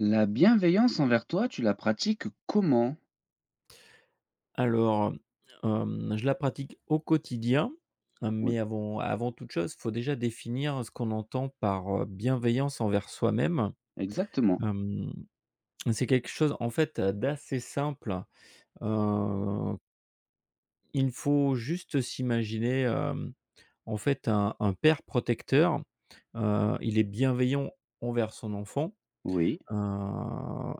La bienveillance envers toi, tu la pratiques comment? Alors, je la pratique au quotidien, Oui, mais avant toute chose, il faut déjà définir ce qu'on entend par bienveillance envers soi-même. exactement. Hem, c'est quelque chose, en fait, d'assez simple. Heu, il faut juste s'imaginer, en fait, un père protecteur. Il est bienveillant envers son enfant, Oui,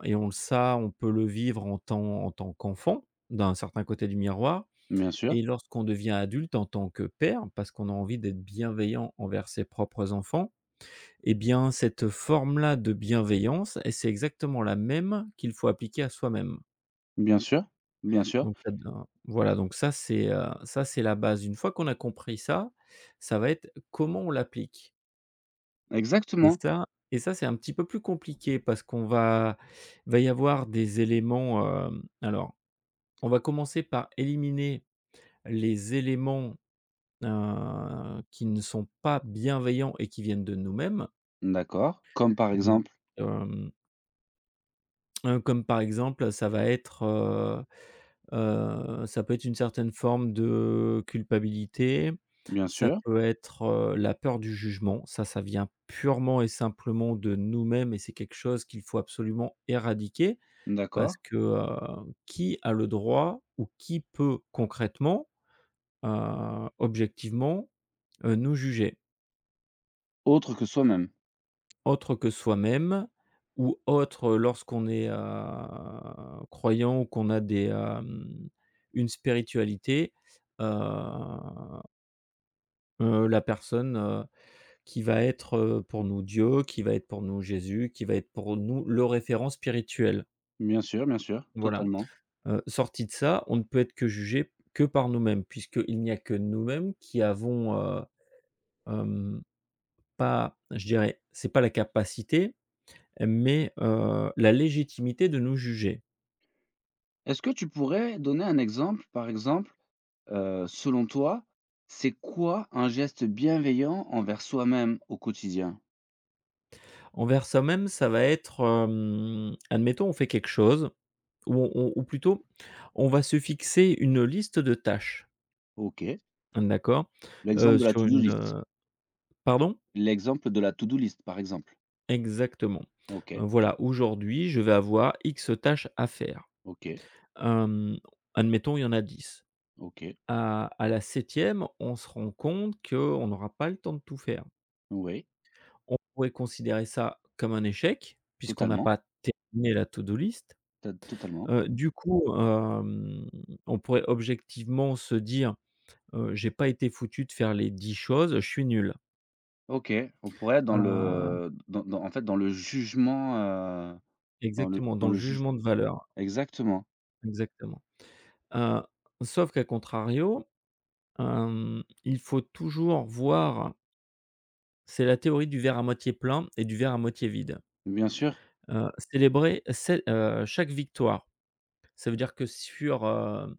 et on le ça, on peut le vivre en tant qu'enfant, d'un certain côté du miroir. bien sûr, Et lorsqu'on devient adulte en tant que père, parce qu'on a envie d'être bienveillant envers ses propres enfants, eh bien, cette forme-là de bienveillance et c'est exactement la même qu'il faut appliquer à soi-même. bien sûr, bien sûr. Donc ça de voilà, donc ça c'est la base. Une fois qu'on a compris ça, ça va être comment on l'applique et Exactement. ça et ça c'est un petit peu plus compliqué parce qu'on va y avoir des éléments, hem alors, on va commencer par éliminer les éléments qui ne sont pas bienveillants et qui viennent de nous-mêmes. D'accord. Comme par Donc, exemple, hem, comme par exemple, ça va être, ça peut être une certaine forme de culpabilité, bien ça sûr, peut être, la peur du jugement. Ça vient purement et simplement de nous-mêmes et c'est quelque chose qu'il faut absolument éradiquer parce d'accord. que, qui a le droit ou qui peut concrètement, objectivement, nous juger? Autre que soi-même. Autre que soi-même ou autre lorsqu'on est, croyant ou qu'on a des, une spiritualité, heu la personne, qui va être, pour nous Dieu, qui va être pour nous Jésus, qui va être pour nous le référent spirituel, Bien sûr, voilà. totalement. Sorti de ça, on ne peut être que jugé que par nous-mêmes puisqu'il n'y a que nous-mêmes qui avons, hem, pas je dirais, c'est pas la capacité mais la légitimité de nous juger. Est-ce que tu pourrais donner un exemple, par exemple, selon toi, c'est quoi un geste bienveillant envers soi-même au quotidien? Envers soi-même, ça va être, admettons, on fait quelque chose ou on ou plutôt, on va se fixer une liste de tâches, Ok. hein, d'accord? L'exemple Heu, de la sur to-do une, list. heu pardon? L'exemple de la to-do list, par exemple. Exactement. Ok, Voilà, aujourd'hui, je vais avoir X tâches à faire. ok, Hem, Admettons, il y en a 10. ok. À la septième, on se rend compte qu'on n'aura pas le temps de tout faire. Oui. On pourrait considérer ça comme un échec, puisqu'on n'a Totalement, pas terminé la to-do list. to totalement. Du coup, on pourrait objectivement se dire: «J'ai pas été foutu de faire les 10 choses, je suis nul». OK, on pourrait être dans Heu, le dans dans en fait, dans le jugement, Exactement, dans dans le le juge jugement de valeur, exactement. exactement. Heu, Sauf qu'à contrario, il faut toujours voir c'est la théorie du verre à moitié plein et du verre à moitié vide. Bien sûr, Célébrer cé chaque victoire. Ça veut dire que sur, hem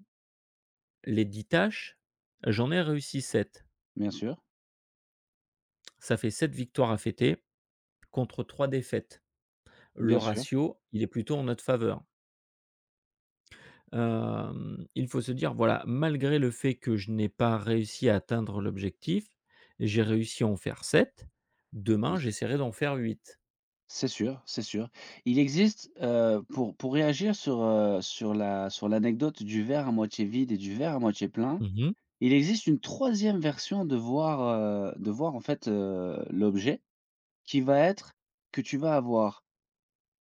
Les 10 tâches, j'en ai réussi 7. bien sûr, Ça fait 7 victoires à fêter contre 3 défaites. bien Le sûr, ratio, il est plutôt en notre faveur. Il faut se dire, voilà, malgré le fait que je n'ai pas réussi à atteindre l'objectif, j'ai réussi à en faire 7. bien Demain, s j'essaierai d'en faire 8. c'est sûr, c'est sûr. Il existe, pour réagir sur, sur la sur l'anecdote du verre à moitié vide et du verre à moitié plein, Mmh mh. il existe une troisième version de voir en fait, l'objet qui va être que tu vas avoir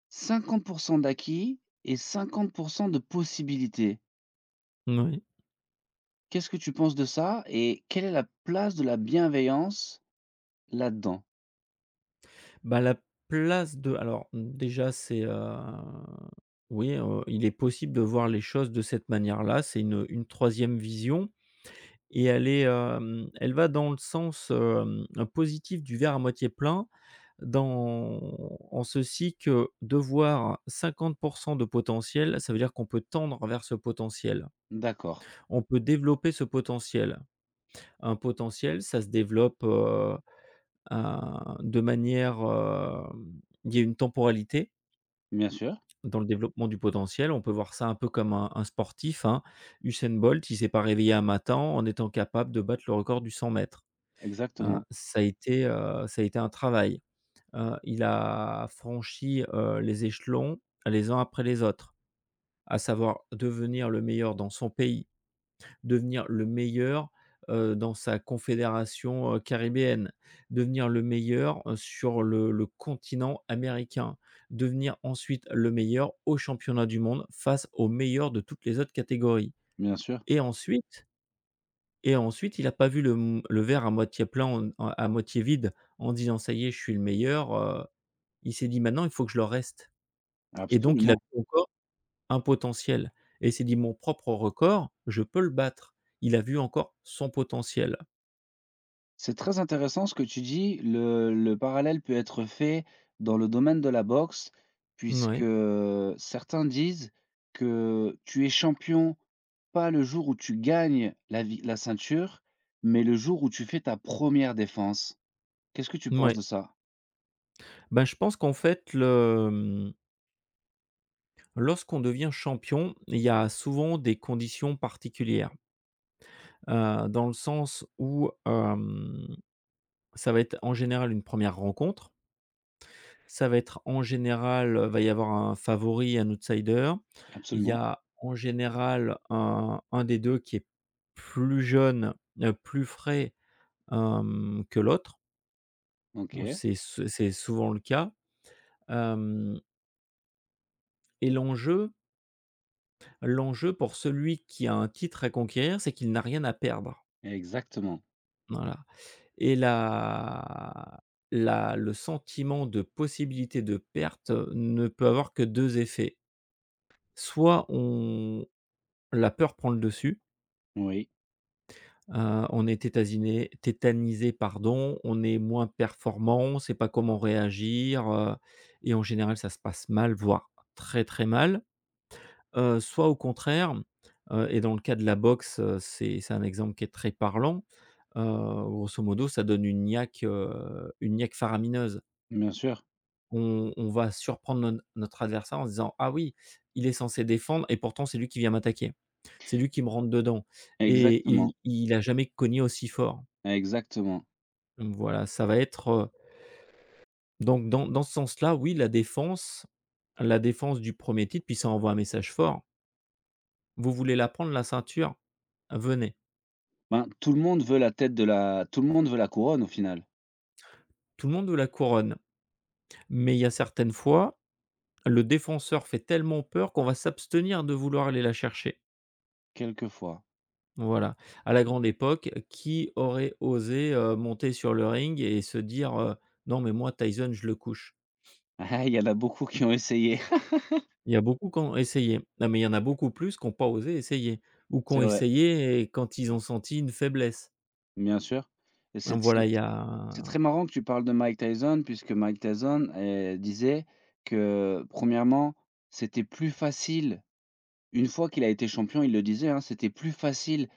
50 d'acquis et 50 de possibilités. Qu'est-ce que tu penses de ça? Et quelle est la place de la bienveillance là-dedans? Bah, la place de alors, déjà, c'est, oui, il est possible de voir les choses de cette manière-là. C'est une 3e vision. Et elle est, elle va dans le sens, positif du verre à moitié plein, dans en ceci que de voir 50 de potentiel, ça veut dire qu'on peut tendre vers ce potentiel. D'accord. On peut développer ce potentiel. Un potentiel, ça se développe, à de manière, il y a une temporalité Bien sûr, dans le développement du potentiel. On peut voir ça un peu comme un sportif, hein. Usain Bolt, il s'est pas réveillé un matin en étant capable de battre le record du 100 mètres. Exactement. Ça a été, ça a été un travail. Il a franchi, les échelons les uns après les autres, à savoir devenir le meilleur dans son pays, devenir le meilleur, dans sa confédération, caribéenne, devenir le meilleur, sur le continent américain, devenir ensuite le meilleur aux championnats du monde face aux meilleurs de toutes les autres catégories Bien sûr, et ensuite il a pas vu le verre à moitié plein en à moitié vide en disant: «Ça y est, je suis le meilleur», il s'est dit: «Maintenant, il faut que je le reste» et donc il a absolument. vu encore un potentiel et il s'est dit: «Mon propre record, je peux le battre». Il a vu encore son potentiel. C'est très intéressant ce que tu dis. Le parallèle peut être fait dans le domaine de la boxe, puisque Ouais, certains disent que tu es champion, pas le jour où tu gagnes la ceinture, mais le jour où tu fais ta première défense. Qu'est-ce que tu penses de ouais. ça? Ben, je pense qu'en fait, lorsqu'on devient champion, il y a souvent des conditions particulières, dans le sens où, ça va être en général une première rencontre. Ça va être en général, va y avoir un favori, un outsider. Il y Absolument. a en général un des 2 qui est plus jeune, plus frais, que l'autre. Bon OK. C'est souvent le cas, hem et l'enjeu pour celui qui a un titre à conquérir, c'est qu'il n'a rien à perdre. Exactement. Voilà et la la le sentiment de possibilité de perte, ne peut avoir que 2 effets. Soit on La peur prend le dessus, Oui, on est tétasiné tétanisé, pardon, on est moins performant, on ne sait pas comment réagir, et en général, ça se passe mal, voire très, très mal. Soit au contraire, et dans le cas de la boxe, c'est un exemple qui est très parlant, grosso modo, ça donne une niaque faramineuse. bien sûr. On va surprendre non notre adversaire en se disant: «Ah oui, il est censé défendre et pourtant c'est lui qui vient m'attaquer. C'est lui qui me rentre dedans et Exactement, il a jamais cogné aussi fort». exactement. Donc voilà, ça va être, donc dans ce sens-là, oui, la défense du premier titre, puis ça envoie un message fort. Vous voulez la prendre la ceinture? Venez. Ben, tout le monde veut la tête de la tout le monde veut la couronne au final, Tout le monde veut la couronne, mais il y a certaines fois, le défenseur fait tellement peur qu'on va s'abstenir de vouloir aller la chercher. quelquefois. Voilà, à la grande époque, qui aurait osé, monter sur le ring et se dire: «Non mais moi Tyson je le couche». Ah, il y en a beaucoup qui ont essayé. Il y a beaucoup qui ont essayé. Non mais il y en a beaucoup plus qui n'ont pas osé essayer ou qui C'est ont vrai, essayé et quand ils ont senti une faiblesse. bien sûr. Et Hein, voilà, il y c'est a très marrant que tu parles de Mike Tyson puisque Mike Tyson, disait que premièrement c'était plus facile une fois qu'il a été champion, il le disait, hein, c'était plus facile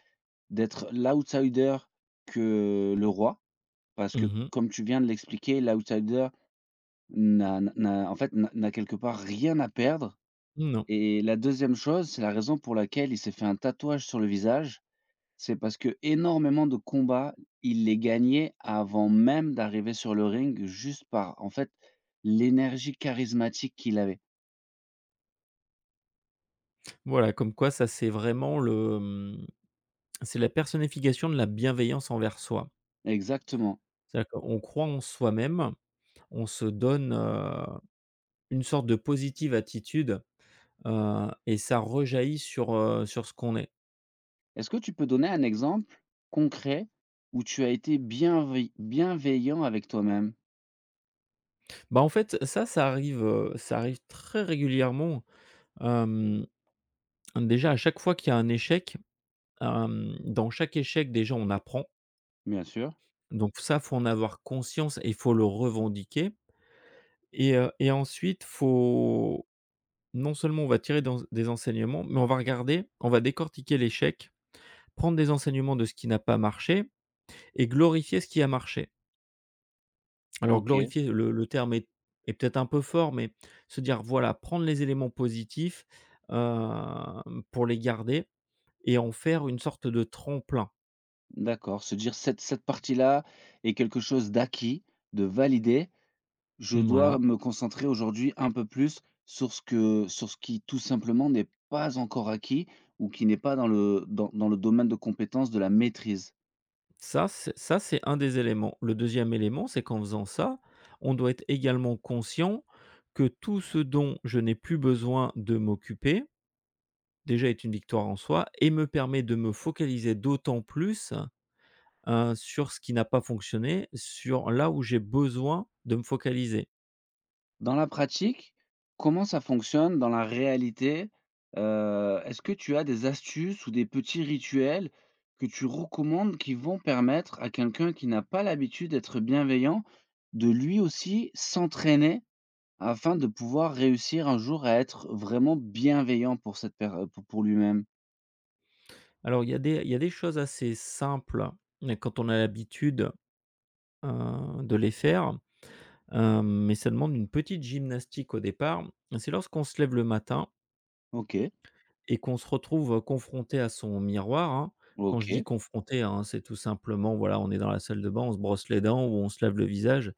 d'être l'outsider que le roi. Parce que mmh comme tu viens de l'expliquer, l'outsider n'a n'a en fait, n'a quelque part rien à perdre non. et la deuxième chose, c'est la raison pour laquelle il s'est fait un tatouage sur le visage. C'est parce que énormément de combats, il les gagnait avant même d'arriver sur le ring juste par, en fait, l'énergie charismatique qu'il avait. Voilà, comme quoi ça c'est vraiment c'est la personnification de la bienveillance envers soi. Exactement. C'est-à-dire qu'on croit en soi-même, on se donne, une sorte de positive attitude. Et ça rejaillit sur ce qu'on est. Est-ce que tu peux donner un exemple concret où tu as été bienveillant avec toi-même? Bah, en fait, ça, ça arrive très régulièrement. Hem, Déjà, à chaque fois qu'il y a un échec, dans chaque échec, déjà, on apprend. Bien sûr, Donc ça, faut en avoir conscience et il faut le revendiquer et ensuite, faut non seulement on va tirer dans des enseignements, mais on va regarder, on va décortiquer l'échec, prendre des enseignements de ce qui n'a pas marché et glorifier ce qui a marché. Alors OK. glorifier, le terme est peut-être un peu fort, mais se dire, voilà, prendre les éléments positifs, pour les garder et en faire une sorte de tremplin. D'accord, se dire: «Cette partie-là est quelque chose d'acquis, de validé. Je dois Voilà, me concentrer aujourd'hui un peu plus sur ce que sur ce qui tout simplement n'est pas encore acquis ou qui n'est pas dans le dans dans le domaine de compétence de la maîtrise». ça c'est un des éléments. Le deuxième élément, c'est qu'en faisant ça, on doit être également conscient que tout ce dont je n'ai plus besoin de m'occuper, déjà est une victoire en soi et me permet de me focaliser d'autant plus, sur ce qui n'a pas fonctionné, sur là où j'ai besoin de me focaliser. Dans la pratique, comment ça fonctionne dans la réalité? Est-ce que tu as des astuces ou des petits rituels que tu recommandes qui vont permettre à quelqu'un qui n'a pas l'habitude d'être bienveillant, de lui aussi s'entraîner afin de pouvoir réussir un jour à être vraiment bienveillant pour cette per pour lui-même. Alors, il y a des choses assez simples, mais quand on a l'habitude, de les faire, mais ça demande une petite gymnastique au départ. C'est lorsqu'on se lève le matin OK, et qu'on se retrouve confronté à son miroir, hein. Quand je dis OK, confronté, hein, c'est tout simplement, voilà, on est dans la salle de bain, on se brosse les dents ou on se lave le visage.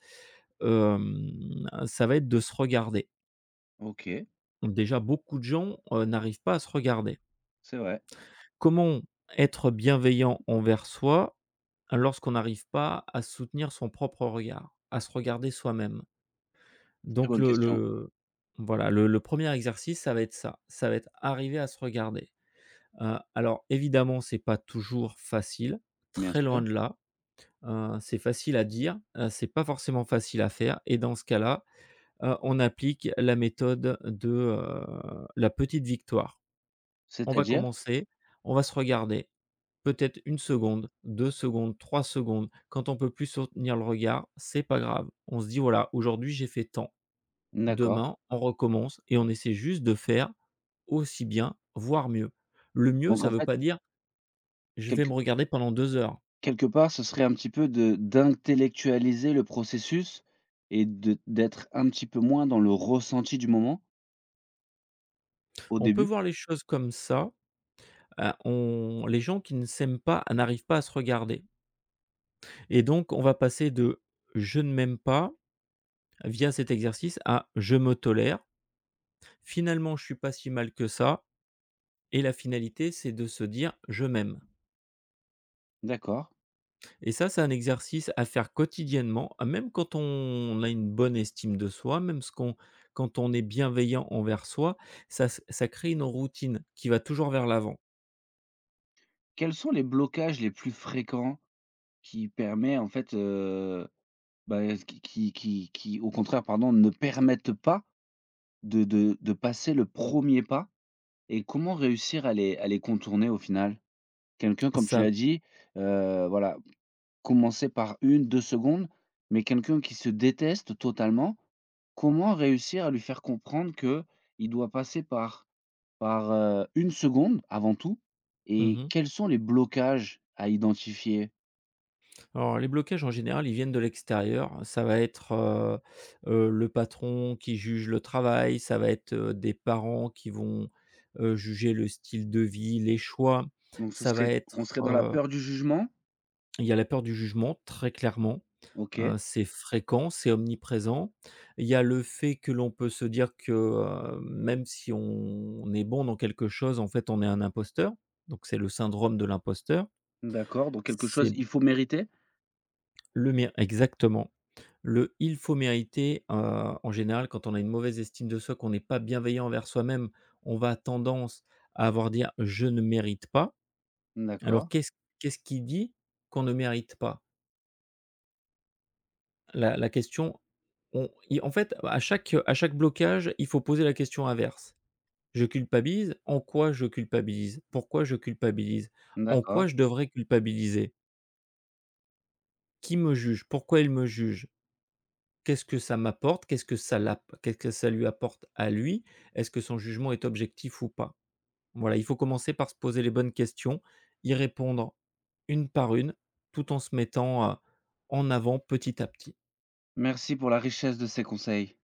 Ça va être de se regarder. OK, Déjà, beaucoup de gens, n'arrivent pas à se regarder. c'est vrai. Comment être bienveillant envers soi lorsqu'on n'arrive pas à soutenir son propre regard, à se regarder soi-même. Très Donc bonne question. le voilà, le 1er exercice, ça va être ça. Ça va être arriver à se regarder. Alors évidemment, c'est pas toujours facile, Bien très loin sûr. de là. C'est facile à dire, c'est pas forcément facile à faire et dans ce cas-là, on applique la méthode de, la petite victoire. On va C'est-à-dire? commencer, on va se regarder, peut-être 1 seconde, 2 secondes, 3 secondes. Quand on peut plus soutenir le regard, c'est pas grave. On se dit: «Voilà, aujourd'hui j'ai fait tant, D'accord. demain on recommence» et on essaie juste de faire aussi bien, voire mieux. Le mieux, Donc ça en veut fait, pas dire: «Je vais quelque me regarder pendant 2 heures». quelque part, ce serait un petit peu de d'intellectualiser le processus et de d'être un petit peu moins dans le ressenti du moment, au On peut début? voir les choses comme ça, on les gens qui ne s'aiment pas n'arrivent pas à se regarder et donc on va passer de «je ne m'aime pas» via cet exercice à «je me tolère». Finalement, je suis pas si mal que ça et la finalité, c'est de se dire: «Je m'aime» D'accord. et ça, c'est un exercice à faire quotidiennement, à même quand on a une bonne estime de soi, même ce qu'on quand on est bienveillant envers soi, ça crée une routine qui va toujours vers l'avant. Quels sont les blocages les plus fréquents qui permet en fait, bah, qui au contraire, pardon, ne permettent pas de passer le premier pas et comment réussir à les contourner au final? Quelqu'un comme tu Ça l'as dit, voilà, commencer par une deux secondes, mais quelqu'un qui se déteste totalement, comment réussir à lui faire comprendre que il doit passer par 1 seconde avant tout? Et mmh quels sont les blocages à identifier? Alors les blocages, en général, ils viennent de l'extérieur. Ça va être, le patron qui juge le travail, ça va être, des parents qui vont, juger le style de vie, les choix, Donc ce ça va serait on serait être, dans la peur du jugement? il y a la peur du jugement, très clairement, OK, c'est fréquent, c'est omniprésent. Il y a le fait que l'on peut se dire que, même si on est bon dans quelque chose, en fait, on est un imposteur, donc c'est le syndrome de l'imposteur. d'accord, donc quelque chose C'est il faut mériter? le mien exactement. Le «il faut mériter», en général, quand on a une mauvaise estime de soi, qu'on n'est pas bienveillant envers soi-même, on va tendance à avoir dire: «Je ne mérite pas». Alors D'accord, qu'est-ce qui dit qu'on ne mérite pas? La la question, on i en fait, à chaque blocage, il faut poser la question inverse. Je culpabilise, en quoi je culpabilise? Pourquoi je culpabilise? En d'accord. quoi je devrais culpabiliser? Qui me juge? Pourquoi il me juge? Qu'est-ce que ça m'apporte? Qu'est-ce que ça lui apporte à lui? Est-ce que son jugement est objectif ou pas? Voilà, il faut commencer par se poser les bonnes questions, y répondre une par une, tout en se mettant, en avant petit à petit. Merci pour la richesse de ces conseils.